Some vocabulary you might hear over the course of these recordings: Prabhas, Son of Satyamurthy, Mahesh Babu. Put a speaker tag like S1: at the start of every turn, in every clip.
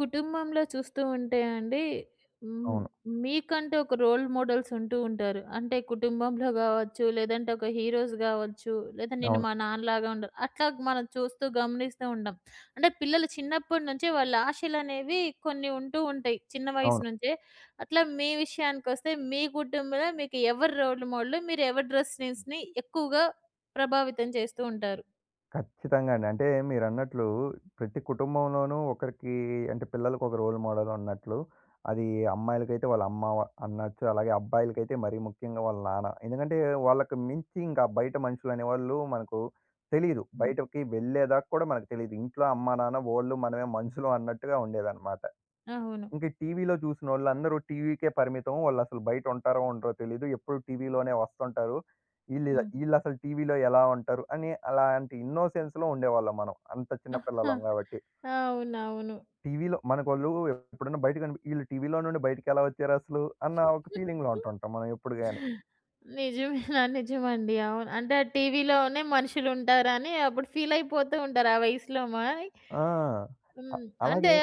S1: కుటుంబంలో చూస్తూ ఉంటే అండి. మ్,
S2: అవును.
S1: మీకంటూ ఒక రోల్ మోడల్స్ ఉంటూ ఉంటారు అంటే కుటుంబంలో కావచ్చు లేదంటే ఒక హీరోస్ కావచ్చు. లేదా నేను
S2: అవును.
S1: మా నాన్నలాగా ఉండరు అట్లా మనం చూస్తూ గమనిస్తూ ఉంటాం. అంటే పిల్లలు చిన్నప్పటి నుంచే వాళ్ళ ఆశలు అనేవి కొన్ని ఉంటూ ఉంటాయి చిన్న వయసు
S2: అవును.
S1: నుంచే. అట్లా మీ విషయానికి వస్తే మీ కుటుంబంలో మీకు ఎవరి రోల్ మోడల్, మీరు ఎవరి డ్రెస్ ని ఎక్కువగా ప్రభావితం చేస్తూ ఉంటారు?
S2: ఖచ్చితంగా అండి. అంటే మీరన్నట్లు ప్రతి కుటుంబంలోనూ ఒకరికి అంటే పిల్లలకొక రోల్ మోడల్ ఉన్నట్లు, అది అమ్మాయిలకైతే వాళ్ళ అమ్మ అనొచ్చు. అలాగే అబ్బాయిలకైతే మరీ ముఖ్యంగా వాళ్ళ నాన్న. ఎందుకంటే వాళ్ళకి మించి ఇంకా బయట మనుషులనేవాళ్ళు మనకు తెలీదు.
S1: ఉమ్,
S2: బయటకి వెళ్ళేదాకా కూడా మనకు తెలీదు. ఇంట్లో అమ్మ, నాన్న, వోళ్ళు మనమే మనుషులు అన్నట్టుగా ఉండేదన్నమాట.
S1: అవును.
S2: ఇంక టీవీలో చూసినోళ్ళందరూ టీవీకే పరిమితం. వాళ్ళసలు బయటుంటారో, ఉండరో తెలీదు. ఎప్పుడు టీవీలోనే వస్తుంటారు.
S1: ఉమ్,
S2: ఈళ్ళసలు టీవీలో ఎలా ఉంటారు అని అలాంటి ఇన్నోసెన్స్‌లో ఉండేవాళ్ళం మనం. అంత చిన్న పిల్లలం గాబట్టి.
S1: అవునవును.
S2: టీవీలో మనకోళ్ళు ఎప్పుడన్నా బయట ఈళ్ళు టీవీలో నుండి బయటికెలా వచ్చారసలు అన్న ఒక ఫీలింగ్‌లో ఉంటుంటాం మనం ఎప్పుడు గాని.
S1: నిజమేనా? నిజమండి. అవును. అంటే ఆ టీవీలోనే మనుషులుంటారని అప్పుడు ఫీలయిపోతూ ఉంటారు ఆ వయసులో మరి.
S2: ఆ!
S1: హ్మ్. అంటే
S2: అలాగే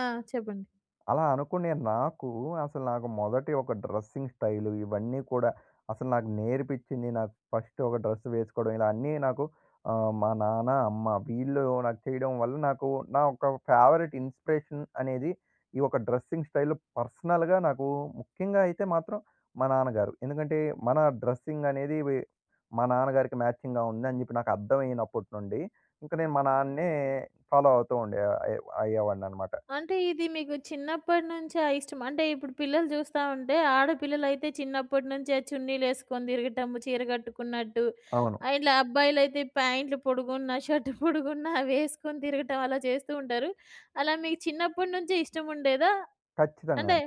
S1: ఆ! చెప్పండి.
S2: అలా అనుకునే నాకు అసలు నాకు మొదటి ఒక డ్రెస్సింగ్ స్టైలు ఇవన్నీ కూడా అసలు నాకు నేర్పించింది. నాకు ఫస్ట్ ఒక డ్రెస్ వేసుకోవడం ఇలా అన్నీ నాకు మా నాన్న, అమ్మ వీళ్ళు నాకు చేయడం వల్ల నాకు నా ఒక ఫేవరెట్ ఇన్‌స్పిరేషన్ అనేది ఈ ఒక డ్రెస్సింగ్ స్టైల్ పర్సనల్‌గా నాకు ముఖ్యంగా అయితే మాత్రం మా నాన్నగారు. ఎందుకంటే మన డ్రెస్సింగ్ అనేది మా నాన్నగారికి మ్యాచింగ్‌గా ఉందని చెప్పి నాకు అర్థమైనప్పటి నుండి ఇంక నేను మా నాన్నే ఫాలో అవుతూ ఉండే అయ్యేవాడిననమాట.
S1: అంటే ఇది మీకు చిన్నప్పటి నుంచా ఇష్టం? అంటే ఇప్పుడు పిల్లలు చూస్తా ఉంటే ఆడపిల్లలైతే చిన్నప్పటి నుంచే చున్నీలేసుకొని తిరగటము, చీర కట్టుకున్నట్టు.
S2: అవును.
S1: ఇట్లా అబ్బాయిలైతే ప్యాంట్లు పొడుగున్నా, షర్ట్ పొడుగున్నా అవేసుకొని తిరగటం అలా చేస్తూ ఉంటారు. అలా మీకు చిన్నప్పటి నుంచే ఇష్టముండేదా?
S2: ఖచ్చితంగా
S1: అంటే
S2: అండి.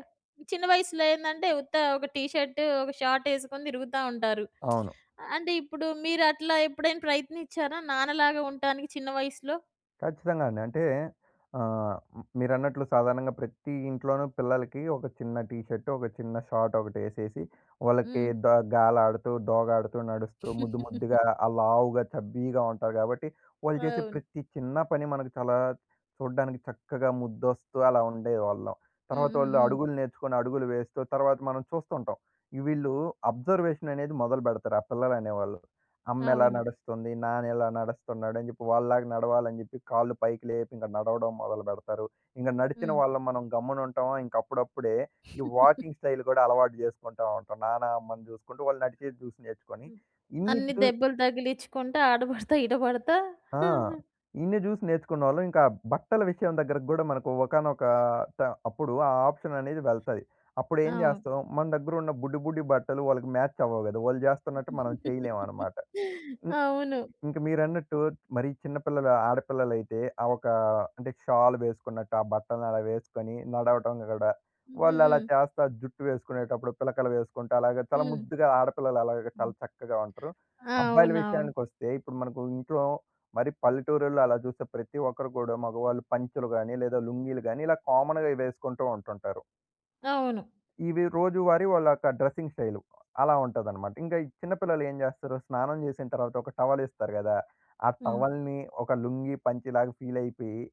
S1: చిన్న వయసులో ఏందంటే ఉత్త ఒక టీ షర్ట్, ఒక షార్ట్ ఏసుకొని తిరుగుతా ఉంటారు.
S2: అవును.
S1: అంటే ఇప్పుడు మీరు అట్లా ఎప్పుడైనా ప్రయత్నించారా నాన్నలాగా ఉండటానికి చిన్న వయసులో?
S2: ఖచ్చితంగా అండి. అంటే ఆహ్, హ్మ్. మీరన్నట్లు సాధారణంగా ప్రతి ఇంట్లోనూ పిల్లలకి ఒక చిన్న టీ షర్ట్, ఒక చిన్న షార్ట్ ఒకటేసేసి, వాళ్ళకి
S1: హ్మ్.
S2: ద గాలాడుతూ, దోగాడుతూ, నడుస్తూ, ముద్దు ముద్దుగా, లావుగా, చబ్బీగా ఉంటారు కాబట్టి, వాళ్ళు చేసే
S1: అవును.
S2: ప్రతి చిన్న పని మనకు చాలా చూడ్డానికి చక్కగా ముద్దొస్తూ అలా ఉండేవాళ్ళం.
S1: హ్మ్.
S2: తర్వాత
S1: హ్మ్.
S2: వాళ్ళు
S1: హ్మ్.
S2: అడుగులు నేర్చుకొని అడుగులు వేస్తూ, తర్వాత మనం చూస్తుంటాం. వీళ్ళు అబ్జర్వేషన్ అనేది మొదలుపెడతారు ఆ పిల్లలనేవాళ్ళు. అమ్మెలా
S1: అవును.
S2: నడుస్తుంది, నాన్నెలా నడుస్తున్నాడు అని చెప్పి వాళ్ళలాగా నడవాలని జెప్పి కాళ్ళు పైకి లేపి ఇంక నడవడం మొదలుబెడతారు. ఇంక నడిచిన
S1: హ్మ్.
S2: వాళ్ళం మనం గమ్మునుంటామా ఇంక అప్పుడప్పుడే ఈ వాకింగ్ స్టైల్ గూడా అలవాటు జేసుకుంటా ఉంటాం. నాన్న, అమ్మని జూసుకుంటూ వాళ్ళు నడిచేది జూసి నేర్చుకొని.
S1: హ్మ్.
S2: ఇన్ని
S1: అన్ని
S2: చూ
S1: దెబ్బలు తగిలించుకుంటా, ఆడ పడతా, ఈడ పడతా.
S2: ఆ! ఇన్ని జూసి నేర్చుకున్నోళ్ళం ఇంకా బట్టల విషయం దగ్గరకు గూడా మనకు ఒకానొక ట అప్పుడు ఆ ఆప్షన్ అనేది వెళ్తది. అప్పుడేం
S1: అవును.
S2: జేస్తాం మన దగ్గరున్న బుడ్డి బుడ్డి బట్టలు వాళ్ళకి మ్యాచ్ అవ్వవు గదా! వాళ్ళు జేస్తున్నట్టు మనం చేయలేమనమాట.
S1: అవును.
S2: ఇంక మీరన్నట్టు మరి చిన్నపిల్లలు ఆడపిల్లలైతే ఆ ఒక అంటే షాల్ వేసుకున్నట్టు ఆ బట్టలను అలా వేసుకొని నడవటం గూడా,
S1: హ్మ్.
S2: వాళ్ళు అలా
S1: హ్మ్.
S2: చేస్తా జుట్టు వేసుకునేటప్పుడు పిలకలు వేసుకుంటూ అలాగా చాలా
S1: హ్మ్.
S2: ముద్దుగా ఆడపిల్లలు అలాగా
S1: హ్మ్.
S2: చాలా చక్కగా ఉంటారు. అబ్బాయిల
S1: అవునవును.
S2: విషయానికొస్తే ఇప్పుడు మనకు ఇంట్లో మరి పల్లెటూరుల్లో అలా చూస్తే ప్రతి ఒక్కరు కూడా మగవాళ్ళు పంచలు గాని, లేదా లుంగీలు గాని ఇలా కామన్‌గా వేసుకుంటూ ఉంటుంటారు.
S1: అవును.
S2: ఇవి రోజువారీ వాళ్ళ యొక్క డ్రెస్సింగ్ స్టైలు. అలా ఉంటదనమాట. ఇంకా ఈ చిన్న పిల్లలు ఏం జేస్తారు, స్నానం జేసిన తర్వాత ఒక టవలేస్తారు గదా! ఆ
S1: హ్మ్.
S2: టవల్‌ని ఒక లుంగీ, పంచెలాగా ఫీలయిపోయి,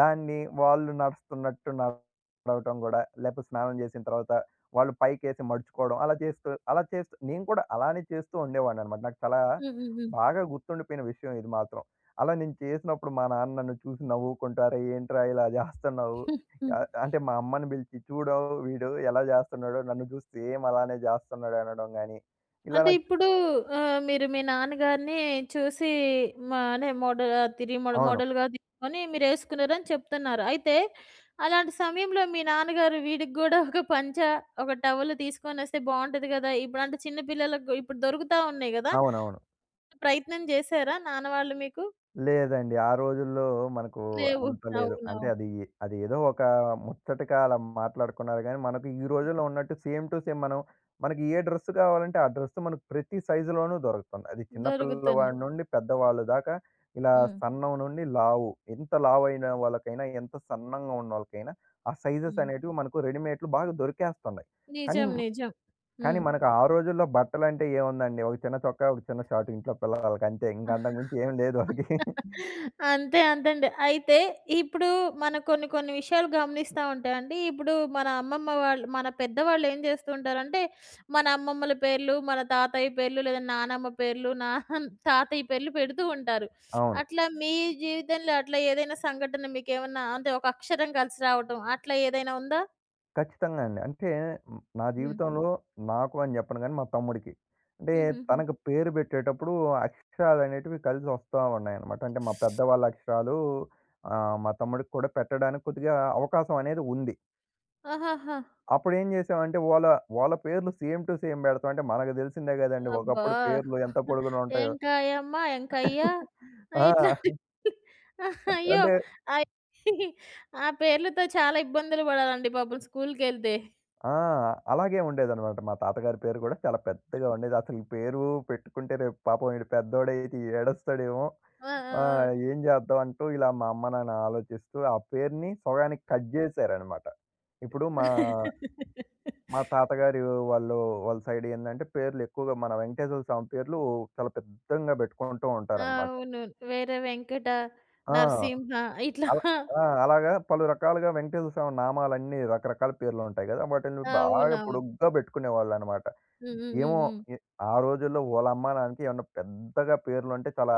S2: దాన్ని వాళ్ళు నడుస్తున్నట్టు నడవటం గూడా, లేపోతే స్నానం జేసిన తర్వాత వాళ్ళు పైకేసి మడుచుకోవడం, అలా చేస్తూ అలా చేస్తూ నేను కూడా అలానే చేస్తూ ఉండేవాడిననమాట. నాకు చాలా
S1: హ్మ్. హ్మ్. హ్మ్.
S2: బాగా గుర్తుండిపోయిన విషయం ఇది మాత్రం. అలా నేను చేసినప్పుడు మా నాన్న నన్ను చూసి నవ్వుకుంటూ, "అరె! ఏంట్రా ఇలా జేస్తన్నావు?"
S1: హ్మ్.
S2: ఆ! అంటే మా అమ్మని పిలిచి చూడు వీడు ఎలా చేస్తున్నాడో, నన్ను చూసి సేమ్ అలానే చేస్తున్నాడు అనడం గాని, ఇలా
S1: అంటే
S2: నాకు
S1: ఇప్పుడు మీరు మీ నాన్నగారిని చూసి మా అనే మోడల్, తిరిగి మోడ
S2: అవును.
S1: మోడల్‌గా తీసుకొని మీరేసుకున్నారని చెప్తున్నారు. అయితే అలాంటి సమయంలో మీ నాన్నగారు వీడికి గూడా ఒక పంచ, ఒక టవల్ తీసుకొనొస్తే బావుంటది గదా! ఇప్పుడు అంటే చిన్న పిల్లలకు ఇప్పుడు దొరుకుతా ఉన్నాయి గదా!
S2: అవునవును.
S1: ప్రయత్నం చేశారా నాన్న వాళ్ళు మీకు?
S2: లేదండి. ఆ రోజుల్లో మనకు
S1: లేవు.
S2: అంత లేదు.
S1: అవునవును.
S2: అంటే అది అది ఏదో ఒక ముచ్చటగా అలా మాట్లాడుకున్నారు గానీ, మనకు ఈ రోజుల్లో ఉన్నట్టు సేమ్ టు సేమ్ మనం మనకి ఏ డ్రెస్ కావాలంటే ఆ డ్రెస్ మనకు ప్రతి సైజులోనూ దొరుకుతుంది. అది చిన్న
S1: దొరుకుతున్నాయి.
S2: పిల్లవాడి నుండి పెద్దవాళ్ళు దాకా ఇలా
S1: హ్మ్.
S2: సన్నం నుండి లావు. ఎంత లావైన వాళ్ళకైనా, ఎంత సన్నంగా ఉన్నోళ్ళకైనా ఆ సైజెస్
S1: హ్మ్.
S2: అనేటివి మనకు రెడీమేడ్‌లు బాగా దొరికేస్తున్నాయి. కానీ,
S1: నిజం. నిజం.
S2: కానీ
S1: హ్మ్.
S2: మనకు ఆ రోజుల్లో బట్టలంటే ఏముందండి? ఒక చిన్న చొక్కా, ఒక చిన్న షార్ట్ ఇంట్లో పిల్లలకి అంతే. ఇంక అంతకు మించి ఏం లేదు వాళ్ళకి.
S1: అంతే అంతండి. అయితే ఇప్పుడు మనం కొన్ని కొన్ని విషయాలు గమనిస్తా ఉంటే అండి, ఇప్పుడు మన అమ్మమ్మ వాళ్ళు మన పెద్దవాళ్ళు ఏం చేస్తూ ఉంటారంటే, మన అమ్మమ్మల పేర్లు, మన తాతయ్య పేర్లు లేదా నానమ్మ పేర్లు, నా తాతయ్య పేర్లు పెడుతూ ఉంటారు.
S2: అవును.
S1: అట్లా మీ జీవితంలో అట్లా ఏదైనా సంఘటన మీకేమన్నా అంటే ఒక అక్షరం కలిసి రావటం అట్లా ఏదైనా ఉందా?
S2: ఖచ్చితంగా అండి. అంటే హ్మ్, నా అవును.
S1: హ్మ్.
S2: జీవితంలో నాకు అని చెప్పను గానీ, మా తమ్ముడికి. అంటే
S1: హుహుహు.
S2: తనకు పేరు పెట్టేటప్పుడు అక్షరాలనేటివి కలిసి వస్తా ఉన్నాయన్నమాట. అంటే మా పెద్దవాళ్ళ అక్షరాలు మా తమ్ముడికి కూడా పెట్టడానికి కొద్దిగా అవకాశం అనేది ఉంది.
S1: ఆహాహా!
S2: అప్పుడేం చేసామంటే వాళ్ళ పేర్లు సేమ్ టు సేమ్ పెడతాం. అంటే మనకు తెలిసిందే కదండీ!
S1: అబ్బా!
S2: ఒకప్పుడు పేర్లు ఎంత పొడుగున ఉంటాయో.
S1: "ఎంకాయమ్మ, ఎంకయ్య"
S2: ఆ!
S1: ఇట్లాంటి అయ్యో!
S2: అంటే
S1: అయ్ ఆ పేర్లతో చాలా ఇబ్బందులు పడాలండి పాపం స్కూలుకెళ్తే.
S2: ఆ! అలాగే ఉండేదనమాట. మా తాతగారి పేరు గూడా చాలా పెద్దగా ఉండేది. అసలు ఈ పేరు పెట్టుకుంటే రేపు పాపం ఈడు పెద్దోడైతే ఏడుస్తాడేమో!
S1: ఆ! ఆ!
S2: ఏం చేద్దాం అంటూ ఇలా మా అమ్మ, నాన్న ఆలోచిస్తూ ఆ పేరుని సగానికి కట్ జేశారనమాట. ఇప్పుడు మా మా తాతగారి వాళ్ళు వాళ్ళ సైడ్ ఏందంటే పేర్లు ఎక్కువగా మన వెంకటేశ్వర స్వామి పేర్లు చాలా పెద్దంగా పెట్టుకుంటూ
S1: ఆ!
S2: ఉంటారనమాట.
S1: అవును. వేరే వెంకట,
S2: ఆ!
S1: నరసింహ ఇట్లా
S2: అలా ఆ! అలాగా పలు రకాలుగా వెంకటేశ్వర స్వామి నామాలన్నీ రకరకాల పేర్లుంటాయి గదా! వాటిల్ని బాగా
S1: అవునవును.
S2: పొడుగ్గా పెట్టుకునేవాళ్ళనమాట.
S1: హ్మ్. హ్మ్. హ్మ్.
S2: ఏమో
S1: హ్మ్.
S2: ఎ ఆ రోజుల్లో ఓళ్ళమ్మ, నాన్నకి ఏమన్నా పెద్దగా పేర్లుంటే చాలా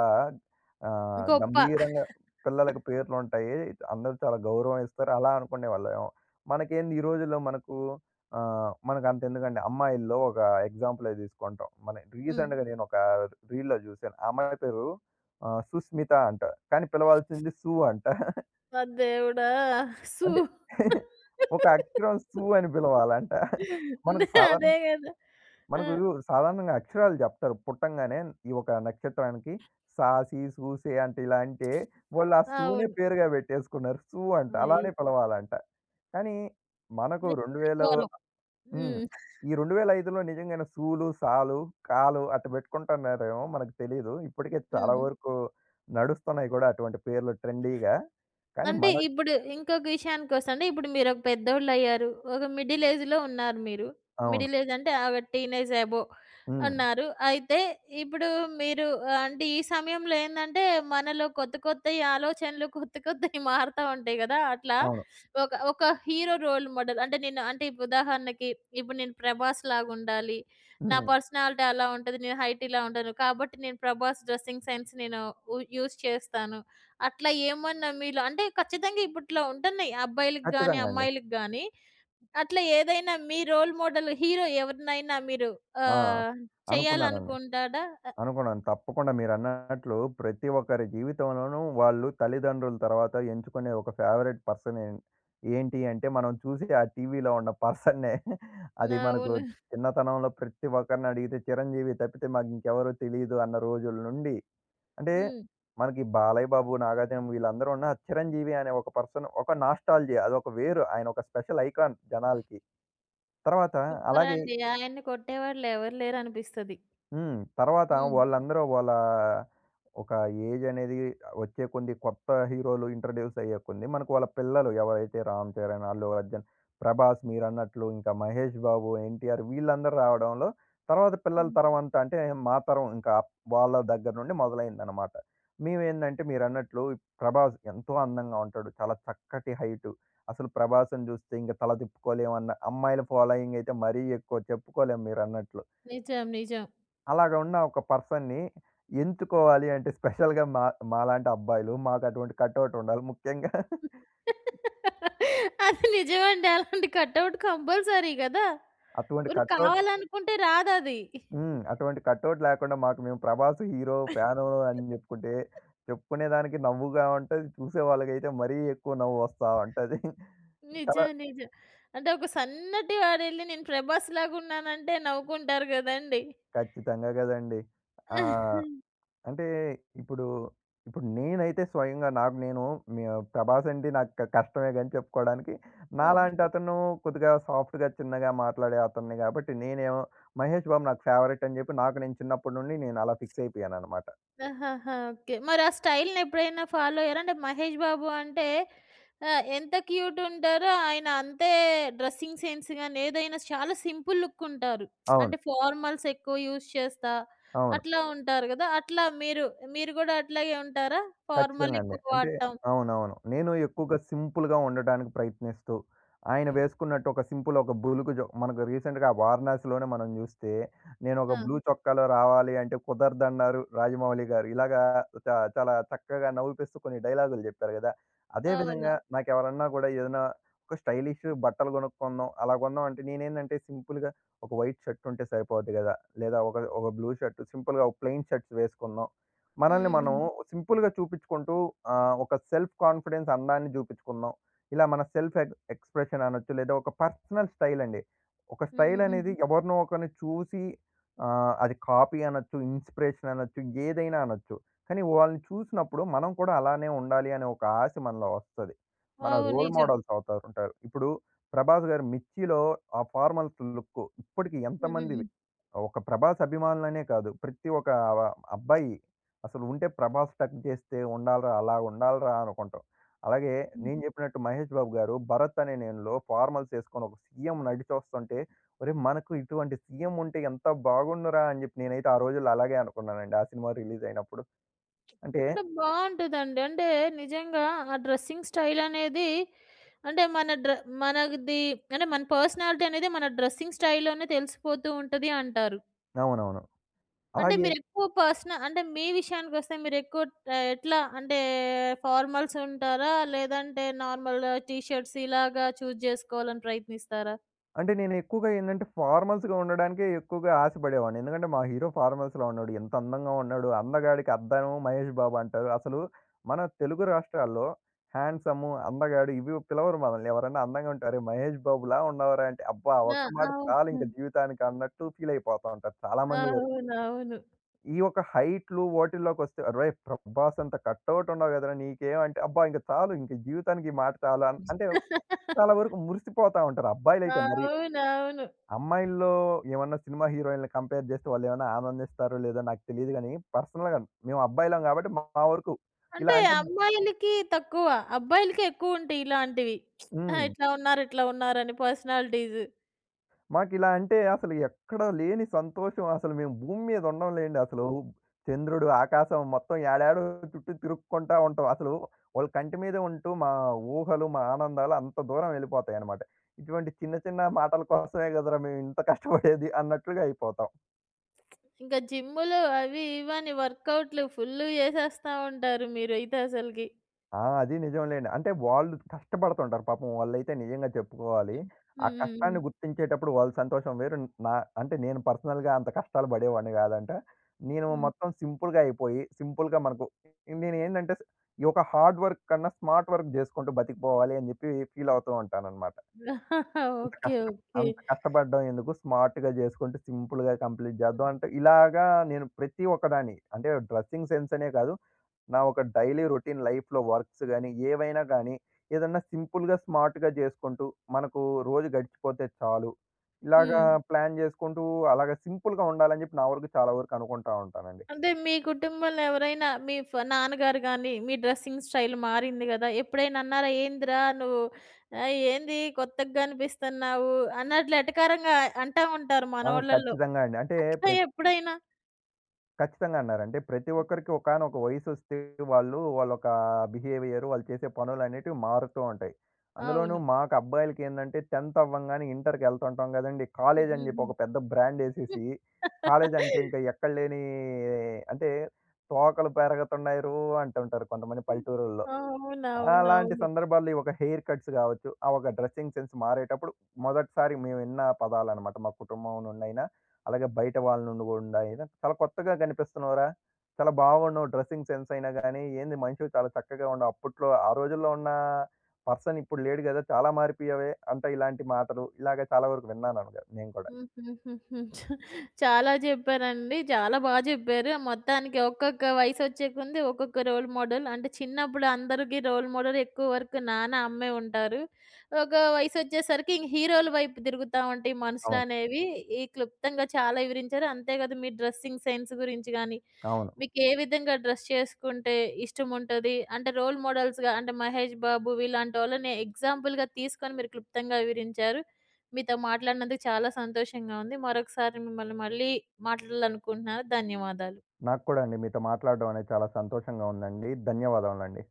S1: గొప్ప.
S2: గంభీరంగా పిల్లలకి పేర్లుంటాయి. అందరూ చాలా గౌరవం ఇస్తారు. అలా అనుకునేవాళ్ళేమో. మనకేంది ఈ రోజుల్లో మనకు మనకంతెందుకండి అమ్మాయిల్లో ఒక ఎగ్జాంపులే తీసుకుంటాం. మన
S1: హ్మ్.
S2: రీసెంట్‌గా నేనొక రీల్‌లో జూసాను. ఆ అమ్మాయి పేరు సుస్మిత అంట. కానీ పిలవాల్సింది సు అంట.
S1: ఆ దేవుడా! సు
S2: అంటే ఒక అక్షరం 'సు' అని పిలవాలంట. మనకు సాధారణ
S1: అదే కదా! ఆ!
S2: మనకు సాధారణంగా అక్షరాలు చెప్తారు. పుట్టంగానే ఈ ఒక నక్షత్రానికి సా, సి, సు, సే అంటే ఇలా అంటే వాళ్ళు ఆ 'సు'నే
S1: అవును.
S2: పేరుగా పెట్టేసుకున్నారు. 'సు' అంట.
S1: అయ్
S2: అలానే పిలవాలంట. కానీ మనకు
S1: నే
S2: 2000
S1: ఆదివారం.
S2: హ్మ్.
S1: హ్మ్.
S2: ఈ 2005లో నిజంగానే 'సు'లు, 'సా'లు, 'కా'లు అట్ట పెట్టుకుంటున్నారేమో మనకు తెలీదు. ఇప్పటికే చాలా
S1: హ్మ్.
S2: వరకు నడుస్తున్నాయి కూడా అటువంటి పేర్లు ట్రెండీగా. కానీ
S1: అంటే
S2: మన
S1: ఇప్పుడు ఇంకొక విషయానికొస్తే ఇప్పుడు మీరొక పెద్దోళ్ళయ్యారు. ఒక మిడిల్ ఏజ్‌లో ఉన్నారు మీరు.
S2: అవును.
S1: మిడిల్ ఏజ్ అంటే ఒక టీనేజ్
S2: హ్మ్.
S1: ఉన్నారు. అయితే ఇప్పుడు మీరు అంటే ఈ సమయంలో ఏందంటే మనలో కొత్త కొత్తయి ఆలోచనలు కొత్త కొత్తయి మారుతా ఉంటాయి గదా! అట్లా
S2: అవును.
S1: ఒక ఒక హీరో రోల్ మోడల్ అంటే నేను అంటే ఇప్పుడు ఉదాహరణకి ఇప్పుడు నేను 'ప్రభాస్' లాగుండాలి. నా
S2: హ్మ్.
S1: పర్సనాలిటీ అలా ఉంటది. నేను హైట్ ఇలా ఉంటాను. కాబట్టి నేను 'ప్రభాస్' డ్రెస్సింగ్ సెన్స్ నేను యూజ్ చేస్తాను. అట్లా ఏమన్నా మీలో అంటే ఖచ్చితంగా ఇప్పట్లో ఉంటున్నాయి అబ్బాయిలకి గాని,
S2: ఖచ్చితంగా అండి.
S1: అమ్మాయిలకి గాని. అట్లా ఏదైనా మీ రోల్ మోడల్ హీరో ఎవరినైనా మీరు
S2: ఆ!
S1: ఆహ్,
S2: అనుకున్నానండి.
S1: చేయాలనుకుంటాడా? ఆహ్,
S2: అనుకున్నాను. తప్పకుండా మీరన్నట్లు ప్రతి ఒక్కరి జీవితంలోనూ వాళ్ళు తల్లిదండ్రుల తర్వాత ఎంచుకునే ఒక ఫేవరెట్ పర్సన్ ఏంటి అంటే మనం చూసి ఆ టీవీలో ఉన్న పర్సన్‌నే. అది మనకు
S1: అవును.
S2: చిన్నతనంలో ప్రతి ఒక్కరిని అడిగితే 'చిరంజీవి' తప్పితే మాకు ఇంకెవరో తెలీదు అన్న రోజుల నుండి అంటే
S1: హ్మ్.
S2: మనకి 'బాలయ్య బాబు', 'నాగార్జున' వీళ్ళందరూ ఉన్న 'చిరంజీవి' అనే ఒక పర్సన్ ఒక నాస్టాల్జియా అదొక వేరు. ఆయన ఒక స్పెషల్ ఐకాన్ జనాలకి. తర్వాత అలాగే
S1: సూపరండి. ఆయన్ని కొట్టేవాళ్ళు ఎవరు లేరనిపిస్తది.
S2: హ్మ్. తర్వాత
S1: హ్మ్.
S2: వాళ్ళందరూ వాళ్ళ ఒక ఏజ్ అనేది వచ్చే కొద్దీ కొత్త హీరోలు ఇంట్రొడ్యూస్ అయ్యే కొద్దీ మనకు వాళ్ళ పిల్లలు ఎవరైతే 'రామ్ చరణ్', 'అల్లు అర్జున్', 'ప్రభాస్' మీరన్నట్లు ఇంకా 'మహేష్ బాబు', 'ఎన్టీఆర్' వీళ్ళందరూ రావడంలో తర్వాత పిల్లల
S1: హ్మ్.
S2: తరం అంతా అంటే మా తరం ఇంకా వాళ్ళ దగ్గర నుండి మొదలైందనమాట. మేమేందంటే మీరన్నట్లు 'ప్రభాస్' ఎంతో అందంగా ఉంటాడు. చాలా చక్కటి హైటు. అసలు 'ప్రభాస్‌ని' చూస్తే ఇంక తల తిప్పుకోలేమన్న అమ్మాయిల ఫాలోయింగ్ అయితే మరీ ఎక్కువ చెప్పుకోలేం మీరన్నట్లు.
S1: నిజం. నిజం.
S2: అలాగ ఉన్న ఒక పర్సన్‌ని ఎంచుకోవాలి అంటే స్పెషల్‌గా మాలాంటి అబ్బాయిలు మాకటువంటి కటౌట్ ఉండాలి. ముఖ్యంగా
S1: అది నిజమండి. అలాంటి కటౌట్ కంపల్సరీ గదా!
S2: అటువంటి
S1: ఊరు
S2: కటౌట్
S1: కావాలనుకుంటే రాదది.
S2: హ్మ్. అటువంటి కటౌట్ లేకుండా మాకు మేము 'ప్రభాస్' హీరో ఫ్యాను అని జెప్పుకుంటే, చెప్పుకునేదానికి నవ్వుగా ఉంటది. చూసేవాళ్ళకైతే మరీ ఎక్కువ నవ్వొస్తా ఉంటది. చాలా
S1: నిజం. నిజం. అంటే ఒక సన్నటి వాడెళ్లి నేను ప్రభాస్‌లాగున్నానంటే నవ్వుకుంటారు గదండీ!
S2: ఖచ్చితంగా గదండీ! ఆ! అంటే ఇప్పుడు, ఇప్పుడు నేనైతే స్వయంగా నాకు నేను మీ ప్రభాస్ అంటే నాకు కష్టమే గాని చెప్పుకోవడానికి.
S1: హ్మ్.
S2: నాలాంటి అతను కొద్దిగా సాఫ్ట్‌గా, చిన్నగా మాట్లాడే అతన్ని గాబట్టి నేనేమో మహేష్ బాబు నాకు ఫేవరెట్ అని జెప్పి నాకు నేను చిన్నప్పటి నుండి నేను అలా ఫిక్స్ అయిపోయానన్నమాట.
S1: ఆహాహా! ఓకే. మరి ఆ స్టైల్‌నెప్పుడైనా ఫాలో అయ్యారా? అంటే 'మహేష్ బాబు' అంటే ఎంత క్యూట్ ఉంటారో ఆయన, అంతే డ్రెస్సింగ్ సెన్స్ గాని ఏదైనా చాలా సింపుల్ లుక్ ఉంటారు.
S2: అవును.
S1: అంటే ఫార్మల్స్ ఎక్కువ యూజ్ చేస్తా
S2: అవును.
S1: అట్లా ఉంటారు గదా! అట్లా మీరు గూడా అట్లాగే ఉంటారా? ఫార్మల్
S2: ఖచ్చితంగా అండి.
S1: ఎక్కువ
S2: అంటే
S1: వాడటం.
S2: అవునవును. నేను ఎక్కువగా సింపుల్‌గా ఉండడానికి ప్రయత్నిస్తూ, ఆయన వేసుకున్నట్టు ఒక సింపుల్ ఒక బులుగు మనకు రీసెంట్‌గా వారణాసిలోనే మనం జూస్తే, నేనొక
S1: ఆ!
S2: బ్లూ చొక్కాలో రావాలి అంటే కుదరదన్నారు రాజమౌళి గారు. ఇలాగా చ చాలా చక్కగా నవ్విపిస్తూ కొన్ని డైలాగులు జెప్పారు గదా! అదే
S1: అవును.
S2: విధంగా నాకెవరన్నా గూడా ఏదైనా ఒక స్టైలిష్ బట్టలు గొనుక్కుందాం, అలా గొందాం అంటే నేనేందంటే సింపుల్‌గా ఒక వైట్ షర్ట్ ఉంటే సరిపోద్ది గదా! లేదా ఒక ఒక బ్లూ షర్ట్ సింపుల్‌గా ఒక ప్లెయిన్ షర్ట్స్ వేసుకుందాం. మనల్ని
S1: హ్మ్.
S2: మనం
S1: హ్మ్.
S2: సింపుల్‌గా చూపించుకుంటూ ఒక సెల్ఫ్ కాన్ఫిడెన్స్ అందాన్ని చూపించుకుందాం. ఇలా మన సెల్ఫ్ ఎక్స్‌ప్రెషన్ అనొచ్చు. లేదా ఒక పర్సనల్ స్టైల్ అండి. ఒక
S1: హ్మ్.
S2: స్టైల్
S1: హ్మ్.
S2: అనేది ఎవరినో ఒకరిని చూసి అది కాపీ అనొచ్చు, ఇన్స్‌పిరేషన్ అనొచ్చు, ఏదైనా అనొచ్చు. కానీ వాళ్ళని చూసినప్పుడు మనం కూడా అలానే ఉండాలి అనే ఒక ఆశ మనలో వస్తది. మన
S1: అవును.
S2: రోల్
S1: నిజం.
S2: మోడల్స్ అవుతా ఉంటారు. ఇప్పుడు 'ప్రభాస్' గారు 'మిర్చిలో' ఆ ఫార్మల్స్ లుక్ ఇప్పటికి
S1: హ్మ్. హ్మ్.
S2: ఎంతమంది
S1: హ్మ్.
S2: ఒక 'ప్రభాస్' అభిమానులనే కాదు. ప్రతి ఒక్క అబ్బాయి అసలు ఉంటే 'ప్రభాస్' టక్ చేస్తే ఉండాలిరా, అలా ఉండాలిరా అనుకుంటాం. అలాగే
S1: హ్మ్.
S2: నేను చెప్పినట్టు మహేష్ బాబు గారు 'భరత్' అనే నేనులో ఫార్మల్స్ ఏసుకొని ఒక సీఎం నడిచొస్తుంటే, ఒరేయ్! మనకు ఇటువంటి సీఎం ఉంటే ఎంత బాగుండురా అని చెప్పి నేనైతే ఆ రోజుల్లో అలాగే అనుకున్నానండి. ఆ సినిమా రిలీజ్ అయినప్పుడు. అంటే
S1: అంటే బావుంటదండి. అంటే నిజంగా ఆ డ్రెస్సింగ్ స్టైల్ అనేది అంటే మన డ్ర మనది అంటే మన పర్సనాలిటీ అనేది మన డ్రెస్సింగ్ స్టైల్‌లోనే తెలిసిపోతూ ఉంటది అంటారు.
S2: అవునవును.
S1: అంటే
S2: అలాగే
S1: మీరెక్కువ పర్సన అంటే మీ విషయానికొస్తే మీరెక్కువ ఎట్లా అంటే ఫార్మల్స్ ఉంటారా? లేదంటే నార్మల్ టీ షర్ట్స్ ఇలాగా చూజ్ జేసుకోవాలని ప్రయత్నిస్తారా?
S2: అంటే నేను ఎక్కువగా ఏందంటే ఫార్మల్స్‌గా ఉండడానికే ఎక్కువగా ఆశపడేవాడిని. ఎందుకంటే మా హీరో ఫార్మల్స్‌లో ఉన్నాడు. ఎంత అందంగా ఉన్నాడు. అందగాడికి అద్దం మహేష్ బాబు అంటారు. అసలు మన తెలుగు రాష్ట్రాల్లో హ్యాండ్సము, అందగాడు ఇవి పిలవరు మనల్ని. ఎవరన్నా అందంగా ఉంటే "అరే! మహేష్ బాబులా ఉన్నావురా" అంటే అబ్బా!
S1: ఆ!
S2: ఒక్క మాట చాలు
S1: అవును.
S2: ఇంక జీవితానికి అన్నట్టు ఫీల్ అయిపోతా ఉంటారు చాలామంది వరకు.
S1: అవునవును.
S2: ఈ యొక్క హైట్‌లు వాటిల్లోకొస్తే "అరేయ్! ప్రభాస్ అంత కటౌట్ ఉన్నావు కదరా నీకేం" అంటే అబ్బా! ఇంక చాలు ఇంక జీవితానికి ఈ మాట చాలు అంటే చాలా వరకు మురిసిపోతా ఉంటారు అబ్బాయిలైతే మరి.
S1: అవునవును.
S2: అమ్మాయిల్లో ఏమన్నా సినిమా హీరోయిన్‌లని కంపేర్ జేస్తే వాళ్ళేమన్నా ఆనందిస్తారో లేదో నాకు తెలీదు గానీ, పర్సనల్‌గా మేము అబ్బాయిలం గాబట్టి మా మా వరకు ఇలా
S1: అంటే
S2: అంటే
S1: అమ్మాయిలకి తక్కువ. అబ్బాయిలకే ఎక్కువుంటాయి ఇలాంటివి. ఆ!
S2: హ్మ్.
S1: ఇట్లా ఉన్నారు, ఇట్లా ఉన్నారని పర్సనాలిటీస్.
S2: మాకిలా అంటే అసలు ఎక్కడ లేని సంతోషం అసలు మేము భూమి మీద ఉండం లేండి అసలు. చంద్రుడు, ఆకాశం మొత్తం యాడాడో చుట్టూ తిరుక్కుంటా ఉంటాం. అసలు వాళ్ళ కంటి మీదే ఉంటూ మా ఊహలు, మా ఆనందాలు అంత దూరం వెళ్ళిపోతాయన్నమాట. ఇటువంటి చిన్న చిన్న మాటల కోసమే గదరా మేము ఇంత కష్టపడేది అన్నట్లుగా అయిపోతాం.
S1: ఇంకా జిమ్ములు అవి ఇవని వర్కౌట్‌లు ఫుల్ చేసేస్తా ఉంటారు మీరైతే అసలకి.
S2: అది నిజంలేండి. అంటే వాళ్ళు కష్టపడుతుంటారు పాపం వాళ్ళైతే నిజంగా చెప్పుకోవాలి. ఆ
S1: హ్మ్. హ్మ్. హ్మ్.
S2: కష్టాన్ని గుర్తించేటప్పుడు వాళ్ళ సంతోషం వేరు. నా అంటే నేను పర్సనల్‌గా అంత కష్టాలు పడేవాడిని కాదంట. నేను
S1: హ్మ్.
S2: మొత్తం సింపుల్‌గా అయిపోయి, సింపుల్‌గా మనకు నేనేంటంటే ఈ యొక్క హార్డ్ వర్క్ కన్నా స్మార్ట్ వర్క్ చేసుకుంటూ బతికిపోవాలి అని చెప్పి ఫీల్ అవుతూ ఉంటాననమాట. అంత
S1: ఓకే.
S2: కష్ట
S1: ఓకే.
S2: అంత కష్టపడడం ఎందుకు స్మార్ట్‌గా చేసుకుంటూ సింపుల్‌గా కంప్లీట్ చేద్దాం అంటే ఇలాగా నేను ప్రతి ఒక్కదాన్ని అంటే డ్రెస్సింగ్ సెన్స్ అనే కాదు. నా ఒక డైలీ రొటీన్ లైఫ్‌లో వర్క్స్ గాని, ఏవైనా గాని, ఏదన్నా సింపుల్‌గా, స్మార్ట్‌గా జేసుకుంటూ, మనకు రోజు గడిచిపోతే చాలు. ఇలాగా
S1: హ్మ్.
S2: ప్లాన్ జేసుకుంటూ అలాగా సింపుల్‌గా ఉండాలని జెప్పి నా వరకు చాలా వరకు అనుకుంటా ఉంటానండి.
S1: అంటే మీ కుటుంబంలో ఎవరైనా మీ ఫ నాన్నగారు గాని, మీ డ్రెస్సింగ్ స్టైల్ మారింది గదా! ఎప్పుడైనా అన్నారా? "ఏందిరా నువ్వు, ఆహ్, ఏంది కొత్తగా కనిపిస్తున్నావు" అన్నట్లు ఎటకారంగా అంటా ఉంటారు మనోళ్ళలో.
S2: ఖచ్చితంగా అండి. అంటే
S1: అట్లా
S2: ప్ర
S1: ఎప్పుడైనా
S2: ఖచ్చితంగా అన్నారు. అంటే ప్రతి ఒక్కరికి ఒకానొక వయసొస్తే వాళ్ళు వాళ్ళొక బిహేవియర్, వాళ్ళు చేసే పనులనేటివి మారుతూ ఉంటాయి. అందులోనూ
S1: అవును.
S2: మాకు అబ్బాయిలకేందంటే 10థ్ అవ్వంగానే ఇంటర్‌కెళ్తుంటాం గదండీ!
S1: హ్మ్.
S2: కాలేజ్ అని జెప్పి
S1: హ్మ్.
S2: ఒక పెద్ద
S1: హ్మ్. అవునవునవును.
S2: బ్రాండేసేసి కాలేజ్ అంటే ఇంకా ఎక్కడ లేని అంటే తోకలు పెరగతున్నాయిరు అంటుంటారు కొంతమంది
S1: హ్మ్.
S2: పల్లెటూరుల్లో. అలాంటి
S1: అవునవునవును.
S2: సందర్భాల్లో ఈ ఒక హెయిర్ కట్స్ గావచ్చు, ఆ ఒక డ్రెస్సింగ్ సెన్స్ మారేటప్పుడు మొదటిసారి మేము విన్న పదాలనమాట. మా కుటుంబం నుండైనా, అలాగే బయట వాళ్ళ నుండి గూడా అయినా, "చాలా కొత్తగా కనిపిస్తున్నావురా! చాలా బాగున్నావు డ్రెస్సింగ్ సెన్స్ అయినా గానీ, ఏంది మనిషివి చాలా చక్కగా ఉన్నావు. అప్పట్లో ఆ రోజుల్లో ఉన్న పర్సన్ ఇప్పుడు లేడు గదా! చాలా మారిపోయావే" అంట ఇలాంటి మాటలు. ఇలాగ చాలా వరకు విన్నాను అనగా నేను కూడా.
S1: హుహుహుహు. చాలా జెప్పారండి. చాలా బా జెప్పారు. మొత్తానికి ఒక్కొక్క వయసొచ్చే కొంది ఒక్కొక్క రోల్ మోడల్. అంటే చిన్నప్పుడు అందరికి రోల్ మోడల్ ఎక్కువ వరకు నాన్న, అమ్మే ఉంటారు. ఒక వయసొచ్చేసరికి ఇంక హీరోల వైపు తిరుగుతా ఉంటాయి
S2: అవును.
S1: మనుషులనేవి. ఈ క్లుప్తంగా చాలా వివరించారు. అంతే కాదు మీ డ్రెస్సింగ్ సెన్స్ గురించి గానీ,
S2: అవును.
S1: మీకే విధంగా డ్రెస్ చేసుకుంటే ఇష్టముంటది. అంటే రోల్ మోడల్స్‌గా అంటే 'మహేష్ బాబు' వీలాంటోళ్ళని ఎగ్జాంపుల్‌గా తీసుకొని మీరు క్లుప్తంగా వివరించారు. మీతో మాట్లాడినందుకు చాలా సంతోషంగా ఉంది. మరొకసారి మిమ్మల్ని మళ్ళీ మాట్లాడాలనుకుంటున్నాను. ధన్యవాదాలు.
S2: నాకు కూడా అండి మీతో మాట్లాడడం అనేది చాలా సంతోషంగా ఉందండి. ధన్యవాదములండి.